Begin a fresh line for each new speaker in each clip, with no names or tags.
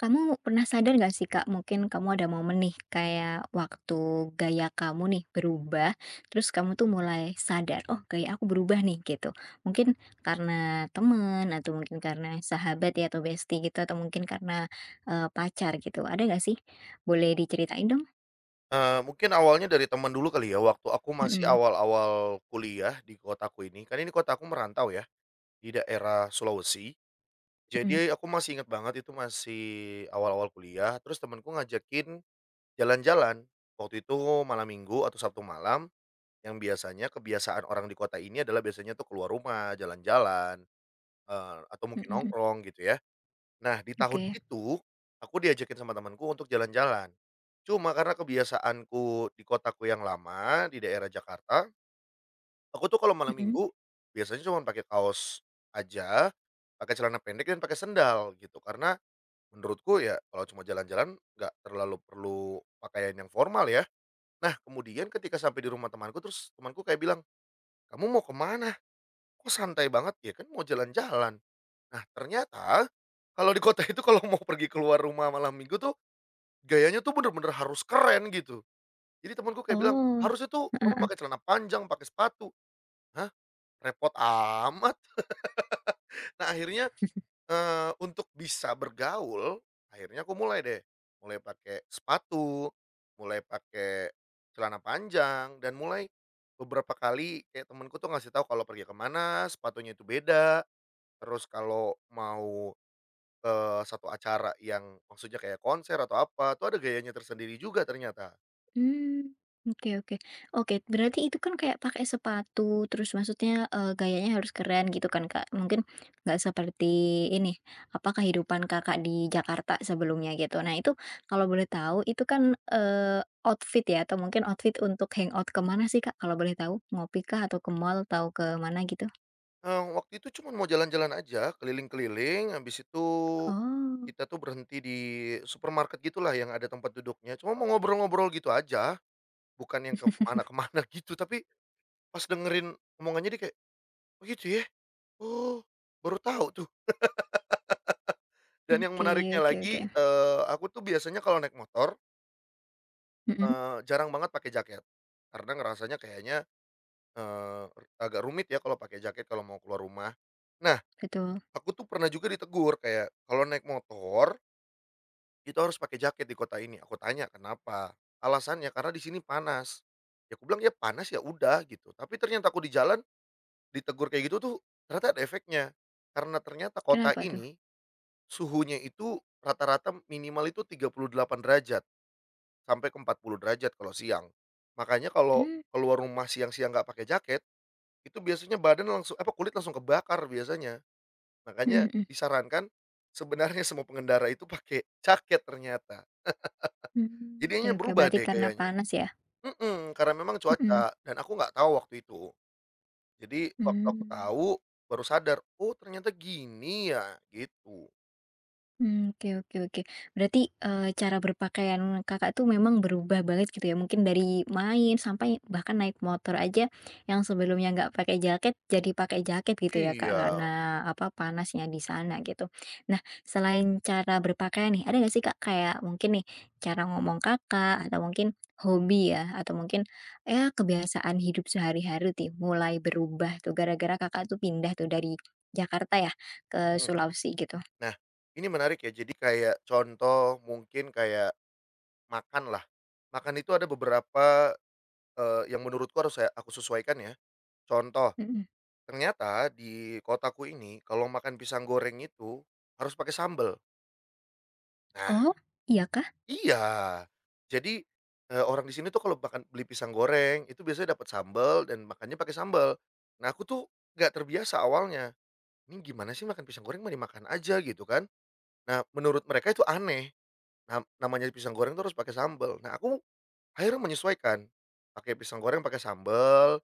Kamu pernah sadar gak sih, Kak, mungkin kamu ada momen nih kayak waktu gaya kamu nih berubah, terus kamu tuh mulai sadar, "Oh, gaya aku berubah nih," gitu. Mungkin karena temen atau mungkin karena sahabat ya atau bestie gitu atau mungkin karena, pacar gitu. Ada gak sih? Boleh diceritain dong?
Mungkin awalnya dari teman dulu kali ya, waktu aku masih
Mhm,
awal-awal kuliah di kotaku ini, kan ini kotaku merantau ya, di daerah Sulawesi.
mhm,
Jadi aku masih ingat banget itu masih awal-awal kuliah, terus temenku ngajakin jalan-jalan. Waktu itu malam Minggu atau Sabtu malam, yang biasanya kebiasaan orang di kota ini adalah biasanya tuh keluar rumah, jalan-jalan, atau
mhm,
mungkin
mhm.
nongkrong gitu ya. Nah, di tahun
Oke.
itu, aku diajakin sama temanku untuk jalan-jalan. Cuma karena kebiasaanku di kotaku yang lama, di daerah Jakarta, aku tuh kalau malam
Mhm.
minggu biasanya cuma pakai kaos aja, pakai celana pendek dan pakai sendal gitu. Karena menurutku ya kalau cuma jalan-jalan nggak terlalu perlu pakaian yang formal ya. Nah, kemudian ketika sampai di rumah temanku terus temanku kayak bilang, "Kamu mau kemana? Kok santai banget ya kan mau jalan-jalan." Nah, ternyata kalau di kota itu kalau mau pergi keluar rumah malam minggu tuh gayanya tuh bener-bener harus keren gitu. Jadi temanku kayak bilang,
Oh.
"Harusnya tuh kamu pakai celana panjang, pakai sepatu." Hah, repot amat. Nah akhirnya, untuk bisa bergaul, akhirnya aku mulai deh, mulai pakai sepatu, mulai pakai celana panjang, dan mulai beberapa kali kayak temanku tuh ngasih tahu kalau pergi kemana sepatunya itu beda, terus kalau mau ke satu acara yang maksudnya kayak konser atau apa, tuh ada gayanya tersendiri juga ternyata.
Hmm, oke, oke. Oke, berarti itu kan kayak pakai sepatu, terus maksudnya, gayanya harus keren gitu kan, Kak. Mungkin nggak seperti ini, apa, kehidupan Kakak di Jakarta sebelumnya gitu. Nah itu kalau boleh tahu itu kan, eee, outfit ya atau mungkin outfit untuk hangout kemana sih, Kak, kalau boleh tahu? Ngopi kah atau ke mall atau ke mana gitu?
Waktu itu cuma mau jalan-jalan aja, keliling-keliling, habis itu
Oh,
kita tuh berhenti di supermarket gitulah yang ada tempat duduknya, cuma mau ngobrol-ngobrol gitu aja, bukan yang ke mana-mana gitu, tapi pas dengerin omongannya dia kayak, "Oh gitu ya? Oh, baru tahu tuh." Dan yang
oke,
menariknya
oke, oke.
lagi, aku tuh biasanya kalau naik motor,
Mhm,
jarang banget pakai jaket, karena ngerasanya kayaknya, eee, agak rumit ya kalau pakai jaket kalau mau keluar rumah. Nah,
betul.
aku tuh pernah juga ditegur kayak, "Kalau naik motor itu harus pakai jaket di kota ini." Aku tanya, "Kenapa?" Alasannya, "Karena di sini panas." Ya aku bilang, "Ya panas ya udah," gitu. Tapi ternyata aku di jalan ditegur kayak gitu tuh ternyata ada efeknya. Karena ternyata kota
Kenapa tuh?
ini suhunya itu rata-rata minimal itu 38 derajat sampai ke 40 derajat kalau siang. Makanya kalau
Hmm,
keluar rumah siang-siang nggak pakai jaket, itu biasanya badan langsung apa, kulit langsung kebakar biasanya.
mhm,
Makanya
mhm.
disarankan sebenarnya semua pengendara itu pakai jaket ternyata.
Mmm, oke,
Jadinya
oke,
berubah
berarti
deh
karena
gayanya.
panas ya?
Mhm, karena memang
Mhm,
cuaca dan aku nggak tahu waktu itu. Jadi waktu aku
mmm.
tahu baru sadar, "Oh ternyata gini ya," gitu.
Mmm, oke, oke, oke. Berarti, cara berpakaian Kakak tuh memang berubah banget gitu ya, mungkin dari main sampai bahkan naik motor aja yang sebelumnya nggak pakai jaket, jadi pakai jaket gitu ya, Kak,
Iya,
karena apa, panasnya di sana gitu. Nah, selain cara berpakaian nih, ada nggak sih, Kak, kayak mungkin nih cara ngomong Kakak atau mungkin hobi ya, atau mungkin ya kebiasaan hidup sehari-hari tuh mulai berubah tuh gara-gara Kakak tuh pindah tuh dari Jakarta ya ke
mhm.
Sulawesi gitu?
Nah, ini menarik ya, jadi kayak contoh mungkin kayak makan lah. Makan itu ada beberapa, yang menurutku harus aku sesuaikan ya. Contoh,
Mhm.
ternyata di kotaku ini kalau makan pisang goreng itu harus pakai sambel. Nah.
Oh, iya kah?
Iya. Jadi, orang di sini tuh kalau makan beli pisang goreng, itu biasanya dapat sambal dan makannya pakai sambal. Nah, aku tuh nggak terbiasa awalnya, "Ini gimana sih makan pisang goreng, mah dimakan aja," gitu kan. Nah, menurut mereka itu aneh, namanya pisang goreng tuh harus pakai sambal. Nah, aku akhirnya menyesuaikan, pakai pisang goreng pakai sambal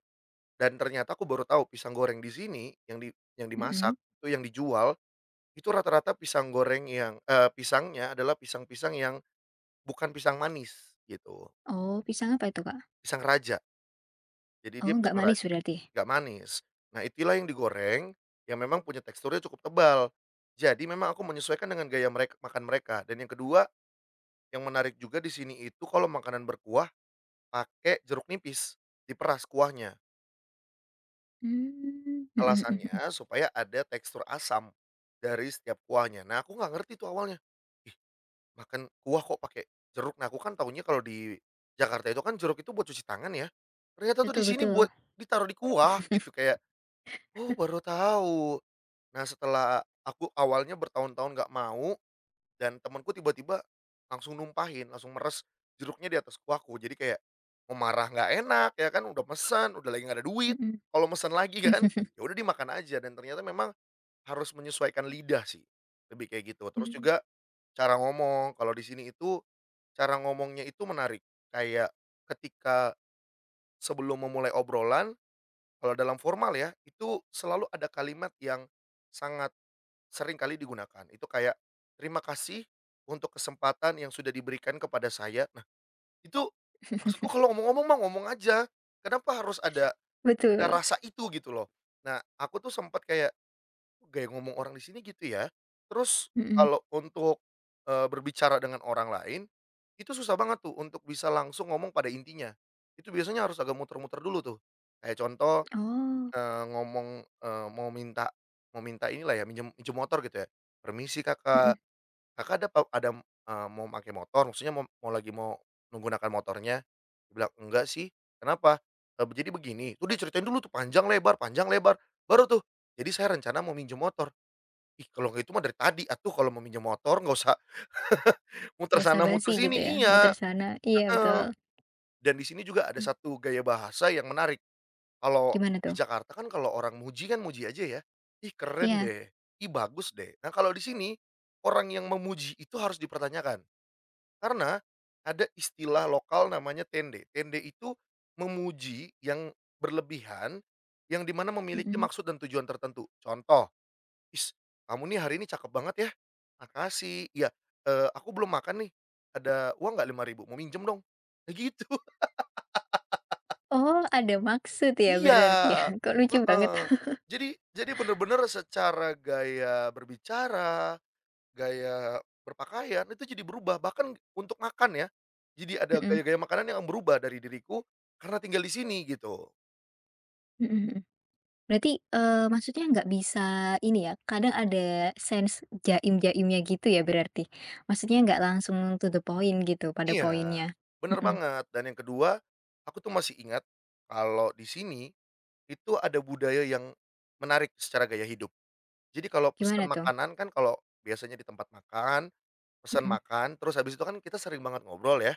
dan ternyata aku baru tahu pisang goreng di sini yang di yang dimasak,
Mhm.
itu yang dijual, itu rata-rata pisang goreng yang pisangnya adalah pisang-pisang yang bukan pisang manis, gitu.
Oh, pisang apa itu, Kak?
Pisang raja, jadi
Oh,
dia
nggak
pisang
manis
raja
berarti?
nggak manis. Nah, itilah yang digoreng, yang memang punya teksturnya cukup tebal. Jadi memang aku menyesuaikan dengan gaya merek makan mereka. Dan yang kedua, yang menarik juga di sini itu kalau makanan berkuah pakai jeruk nipis, diperas kuahnya.
Mmm, mhm, mhm,
Alasannya
mhm.
supaya ada tekstur asam dari setiap kuahnya. Nah, aku nggak ngerti tuh awalnya, "Ih, makan kuah kok pakai jeruk?" Nah, aku kan taunya kalau di Jakarta itu kan jeruk itu buat cuci tangan ya. Ternyata tuh di
Betul,
sini buat
betul.
ditaruh di kuah gitu kayak, "Oh, baru tahu." Nah setelah aku awalnya bertahun-tahun nggak mau dan temenku tiba-tiba langsung numpahin, langsung meres jeruknya di atas kuahku. Jadi kayak mau marah nggak enak ya kan, udah pesan, udah lagi nggak ada duit.
Mhm.
Kalau pesan lagi kan, ya udah dimakan aja dan ternyata memang harus menyesuaikan lidah sih. Lebih kayak gitu. Terus
Mmm,
juga cara ngomong. Kalau di sini itu cara ngomongnya itu menarik. Kayak ketika sebelum memulai obrolan kalau dalam formal ya, itu selalu ada kalimat yang sangat sering kali digunakan. Itu kayak, "Terima kasih untuk kesempatan yang sudah diberikan kepada saya." Nah, itu maksudku kalau ngomong-ngomong mah ngomong aja, kenapa harus ada
betul.
rasa itu gitu loh. Nah, aku tuh sempat kayak, "Kok gaya ngomong orang di sini gitu ya?" Terus
Mhm.
kalau untuk, berbicara dengan orang lain, itu susah banget tuh untuk bisa langsung ngomong pada intinya. Itu biasanya harus agak muter-muter dulu tuh. Kayak contoh,
Oh,
ngomong, mau minta inilah ya, minjem minjem motor gitu ya, "Permisi Kakak,
mhm.
Kakak ada, mau pakai motor?" Maksudnya mau mau lagi mau menggunakan motornya. Dia bilang, "Enggak sih." "Kenapa?" "Jadi begini," tuh dia ceritain dulu tuh panjang lebar, baru tuh, "Jadi saya rencana mau minjem motor." Ih, kalau nggak itu mah dari tadi atuh kalau mau minjem motor nggak usah muter sana
Basa-basi
muter sini
gitu ya,
iya,
muter sana iya
heeh,
betul.
dan di sini juga ada
Mmm,
satu gaya bahasa yang menarik. Kalau
gimana
di
tuh?
Jakarta kan kalau orang muji kan muji aja ya, "Ih keren
Iya,
deh, ih bagus deh." Nah kalau di sini, orang yang memuji itu harus dipertanyakan, karena ada istilah lokal namanya tende. Tende itu memuji yang berlebihan, yang dimana memiliki
mhm.
maksud dan tujuan tertentu. Contoh, "Is, kamu nih hari ini cakep banget ya, makasih." "Iya, aku belum makan nih, ada uang nggak 5 ribu? Mau minjem dong." Nah gitu.
Oh, ada maksud ya
Iya,
berarti ya? Kok lucu banget.
heeh. Jadi jadi bener-bener secara gaya berbicara, gaya berpakaian, itu jadi berubah, bahkan untuk makan ya. Jadi ada
Mhm,
gaya-gaya makanan yang berubah dari diriku karena tinggal di sini gitu.
mhm, mhm. Berarti, maksudnya nggak bisa ini ya, kadang ada sense jaim-jaimnya gitu ya berarti? Maksudnya nggak langsung to the point gitu, pada
Iya,
poinnya?
bener
Mhm,
banget dan yang kedua, aku tuh masih ingat kalau di sini itu ada budaya yang menarik secara gaya hidup. Jadi kalau pesan
gimana tuh?
makanan kan kalau biasanya di tempat makan, pesan
Mhm,
makan, terus habis itu kan kita sering banget ngobrol ya.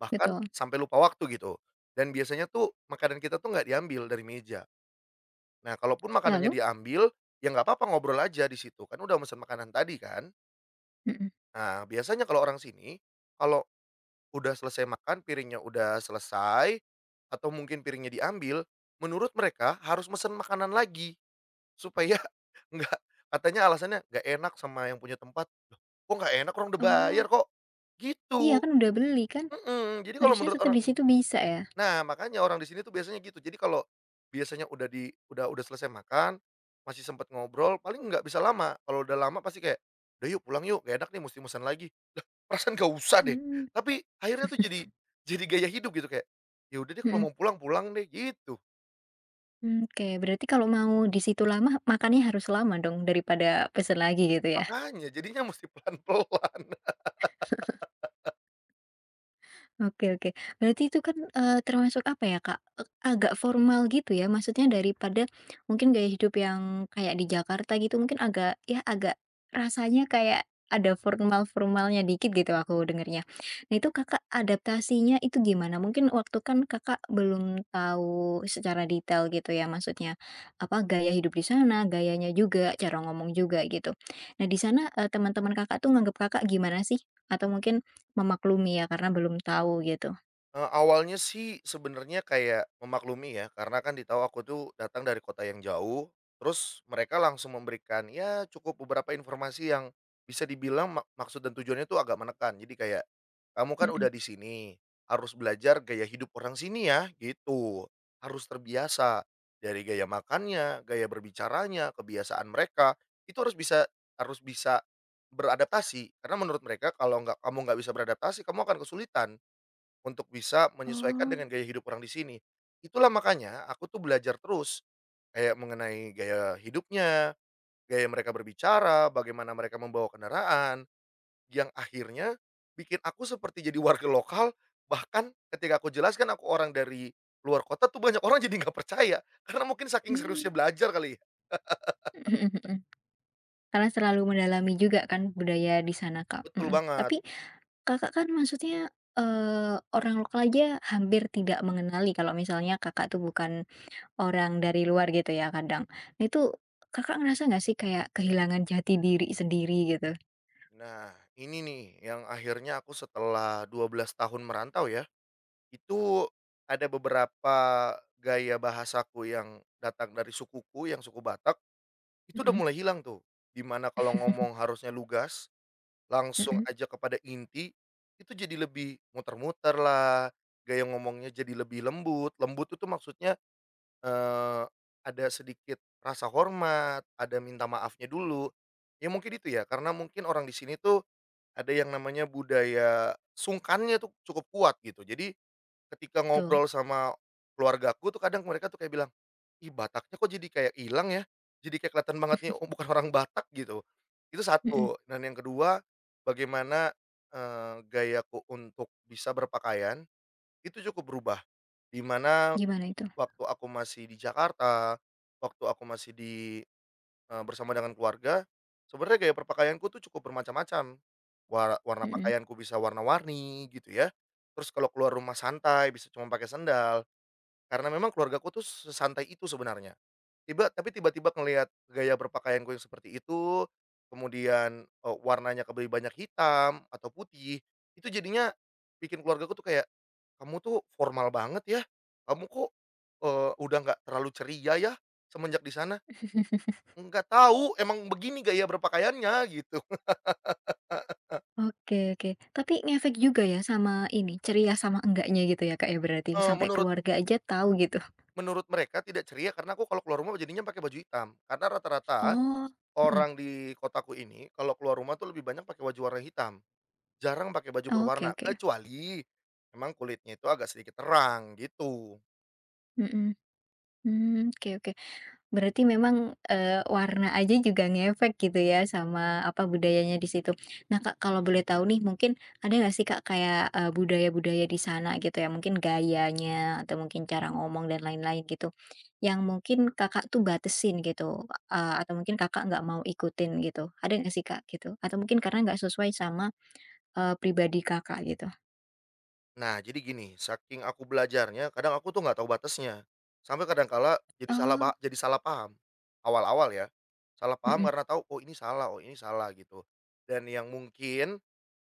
Bahkan
betul.
sampai lupa waktu gitu, dan biasanya tuh makanan kita tuh nggak diambil dari meja. Nah, kalaupun makanannya
Lalu?
diambil, ya nggak apa-apa ngobrol aja di situ, kan udah mesen makanan tadi kan.
Mhm.
Nah, biasanya kalau orang sini, kalau udah selesai makan, piringnya udah selesai, atau mungkin piringnya diambil, menurut mereka harus mesen makanan lagi, supaya nggak katanya alasannya nggak enak sama yang punya tempat, "Kok nggak enak orang udah bayar
Oh,
kok."
iya
Gitu,
kan udah beli kan,
mhm, jadi kalau
harusnya
menurut
tetap
orang.
di situ bisa ya?
Nah, makanya orang di sini tuh biasanya gitu. Jadi kalau biasanya udah di udah selesai makan, masih sempet ngobrol, paling nggak bisa lama. Kalau udah lama pasti kayak, "Udah yuk pulang yuk, gak enak nih mesti musan lagi." Perasaan gak usah deh.
Mmm,
Tapi akhirnya tuh jadi gaya hidup gitu kayak, "Ya udah deh
mhm.
kalau mau pulang, pulang deh." Gitu.
Mmm, oke, berarti kalau mau di situ lama, makannya harus lama dong daripada pesen lagi gitu ya?
Makanya jadinya mesti pelan-pelan.
Oke, oke. Berarti itu kan, termasuk apa ya, Kak, agak formal gitu ya? Maksudnya daripada mungkin gaya hidup yang kayak di Jakarta gitu mungkin agak ya agak rasanya kayak ada formal-formalnya dikit gitu aku dengernya. Nah itu Kakak adaptasinya itu gimana? Mungkin waktu kan Kakak belum tahu secara detail gitu ya maksudnya, apa, gaya hidup di sana, gayanya juga, cara ngomong juga gitu. Nah di sana, teman-teman Kakak tuh nganggap Kakak gimana sih? Atau mungkin memaklumi ya, karena belum tahu gitu?
Awalnya sih sebenarnya kayak memaklumi ya, karena kan di tahu aku tuh datang dari kota yang jauh, terus mereka langsung memberikan ya cukup beberapa informasi yang bisa dibilang maksud dan tujuannya tuh agak menekan. Jadi kayak, "Kamu kan udah
Mhm.
di sini, harus belajar gaya hidup orang sini ya," gitu. "Harus terbiasa dari gaya makannya, gaya berbicaranya, kebiasaan mereka, itu harus bisa beradaptasi." Karena menurut mereka kalau nggak kamu nggak bisa beradaptasi, kamu akan kesulitan untuk bisa menyesuaikan
Oh,
dengan gaya hidup orang di sini. Itulah makanya aku tuh belajar terus, kayak mengenai gaya hidupnya, gaya mereka berbicara, bagaimana mereka membawa kendaraan, yang akhirnya bikin aku seperti jadi warga lokal, bahkan ketika aku jelaskan aku orang dari luar kota tuh banyak orang jadi nggak percaya, karena mungkin saking
mmm,
seriusnya belajar kali ya.
mhm, mhm. Karena selalu mendalami juga kan budaya di sana, Kak,
Betul
mhm.
banget.
Tapi Kakak kan maksudnya, orang lokal aja hampir tidak mengenali kalau misalnya Kakak tuh bukan orang dari luar gitu ya kadang. Nah itu Kakak ngerasa nggak sih kayak kehilangan jati diri sendiri gitu?
Nah, ini nih yang akhirnya aku setelah 12 tahun merantau ya, itu ada beberapa gaya bahasaku yang datang dari sukuku, yang suku Batak, itu udah
Mhm.
mulai hilang tuh, dimana kalau ngomong harusnya lugas, langsung
Mhm,
aja kepada inti, itu jadi lebih muter-muter lah, gaya ngomongnya jadi lebih lembut. Lembut itu maksudnya, eee, ada sedikit rasa hormat, ada minta maafnya dulu. Ya mungkin itu ya, karena mungkin orang di sini tuh ada yang namanya budaya sungkannya tuh cukup kuat gitu. Jadi ketika
betul.
ngobrol sama keluargaku tuh kadang mereka tuh kayak bilang, "Ih, Bataknya kok jadi kayak hilang ya? Jadi kayak kelihatan banget nih, oh, bukan orang Batak," gitu. Itu
Mhm,
satu, dan yang kedua bagaimana, gayaku untuk bisa berpakaian itu cukup berubah. Di mana
gimana itu?
waktu aku masih di Jakarta, waktu aku masih bersama dengan keluarga, sebenarnya gaya berpakaianku tuh cukup bermacam-macam. Warna
Mhm.
pakaianku bisa warna-warni gitu ya, terus kalau keluar rumah santai bisa cuma pakai sendal. Karena memang keluargaku tuh sesantai itu sebenarnya. Tapi tiba-tiba ngelihat gaya berpakaianku yang seperti itu, kemudian, warnanya lebih banyak hitam atau putih, itu jadinya bikin keluargaku tuh kayak, "Kamu tuh formal banget ya? Kamu kok, udah nggak terlalu ceria ya semenjak di sana?" "Nggak tahu, emang begini gaya berpakaiannya," gitu.
Oke, oke. Tapi ngefek juga ya sama ini, ceria sama enggaknya gitu ya, Kak, ya berarti
Eee,
sampai
menurut
keluarga aja tahu gitu?
menurut mereka tidak ceria karena aku kalau keluar rumah jadinya pakai baju hitam. Karena rata-rata
Oh, mhm,
orang di kotaku ini kalau keluar rumah tuh lebih banyak pakai baju warna hitam. Jarang pakai baju
oke,
berwarna,
oke.
kecuali emang kulitnya itu agak sedikit terang, gitu.
Mhm, mmm, oke, oke. Berarti memang, warna aja juga ngefek gitu ya sama apa, budayanya di situ. Nah, Kak, kalau boleh tahu nih mungkin ada nggak sih, Kak, kayak, budaya-budaya di sana gitu ya, mungkin gayanya atau mungkin cara ngomong dan lain-lain gitu, yang mungkin Kakak tuh batasin gitu, atau mungkin Kakak nggak mau ikutin gitu, ada nggak sih, Kak, gitu? Atau mungkin karena nggak sesuai sama, pribadi Kakak gitu?
Nah, jadi gini, saking aku belajarnya, kadang aku tuh nggak tahu batasnya. Sampai kadang kala jadi salah ba
Oh,
jadi salah paham. Awal-awal ya, salah paham
mhm,
karena tahu, oh, ini salah," gitu. Dan yang mungkin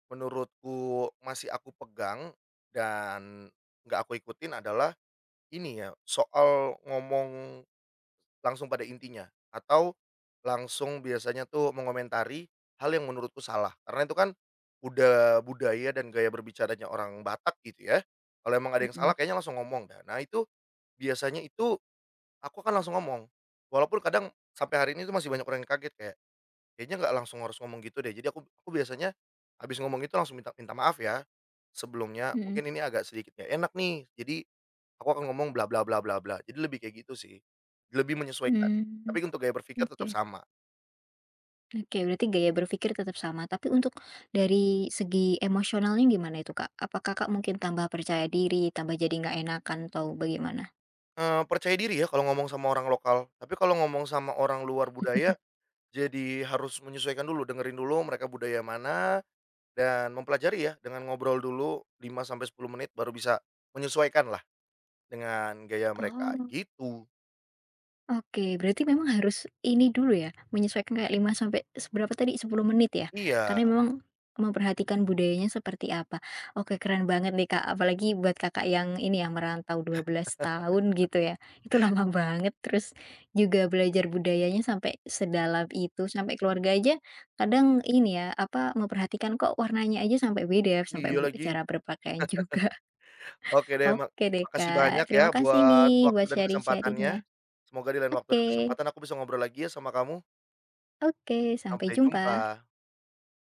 menurutku masih aku pegang dan nggak aku ikutin adalah ini ya, soal ngomong langsung pada intinya, atau langsung biasanya tuh mengomentari hal yang menurutku salah. Karena itu kan udah budaya dan gaya berbicaranya orang Batak gitu ya. Kalau emang ada yang salah
mhm,
kayaknya langsung ngomong dah. Nah itu biasanya itu aku akan langsung ngomong. Walaupun kadang sampai hari ini tuh masih banyak orang yang kaget kayak, kayaknya nggak langsung harus ngomong gitu deh. Jadi aku biasanya habis ngomong itu langsung minta minta maaf ya sebelumnya,
mhm,
mungkin ini agak sedikit nggak enak nih. Jadi aku akan ngomong bla bla bla bla bla, jadi lebih kayak gitu sih, lebih menyesuaikan.
mmm,
Tapi untuk gaya berpikir
oke.
tetap sama.
Oke, berarti gaya berpikir tetap sama, tapi untuk dari segi emosionalnya gimana itu, Kak? Apa Kakak mungkin tambah percaya diri, tambah jadi nggak enakan atau bagaimana?
Percaya diri ya kalau ngomong sama orang lokal, tapi kalau ngomong sama orang luar budaya, jadi harus menyesuaikan dulu, dengerin dulu mereka budaya mana dan mempelajari ya dengan ngobrol dulu 5 sampai 10 menit baru bisa menyesuaikan lah dengan gaya mereka,
Oh.
gitu.
Oke, berarti memang harus ini dulu ya, menyesuaikan kayak 5 sampai seberapa tadi, 10 menit ya?
Iya,
Karena memang memperhatikan budayanya seperti apa. Oke, keren banget nih Kak, apalagi buat Kakak yang ini ya, merantau 12 tahun gitu ya. Itu lama banget, terus juga belajar budayanya sampai sedalam itu, sampai keluarga aja kadang ini ya, apa, memperhatikan kok warnanya aja sampai beda, sampai
iya lagi.
cara berpakaian juga.
Oke deh, mak
Oke deh
makasih banyak
Kak,
ya
terima kasih
buat
nih
waktu
buat
dan kesempatannya.
sharing-sharingnya.
Semoga di lain waktu dan
Oke.
kesempatan aku bisa ngobrol lagi ya sama kamu.
Oke, sampai
Sampai
jumpa.
jumpa.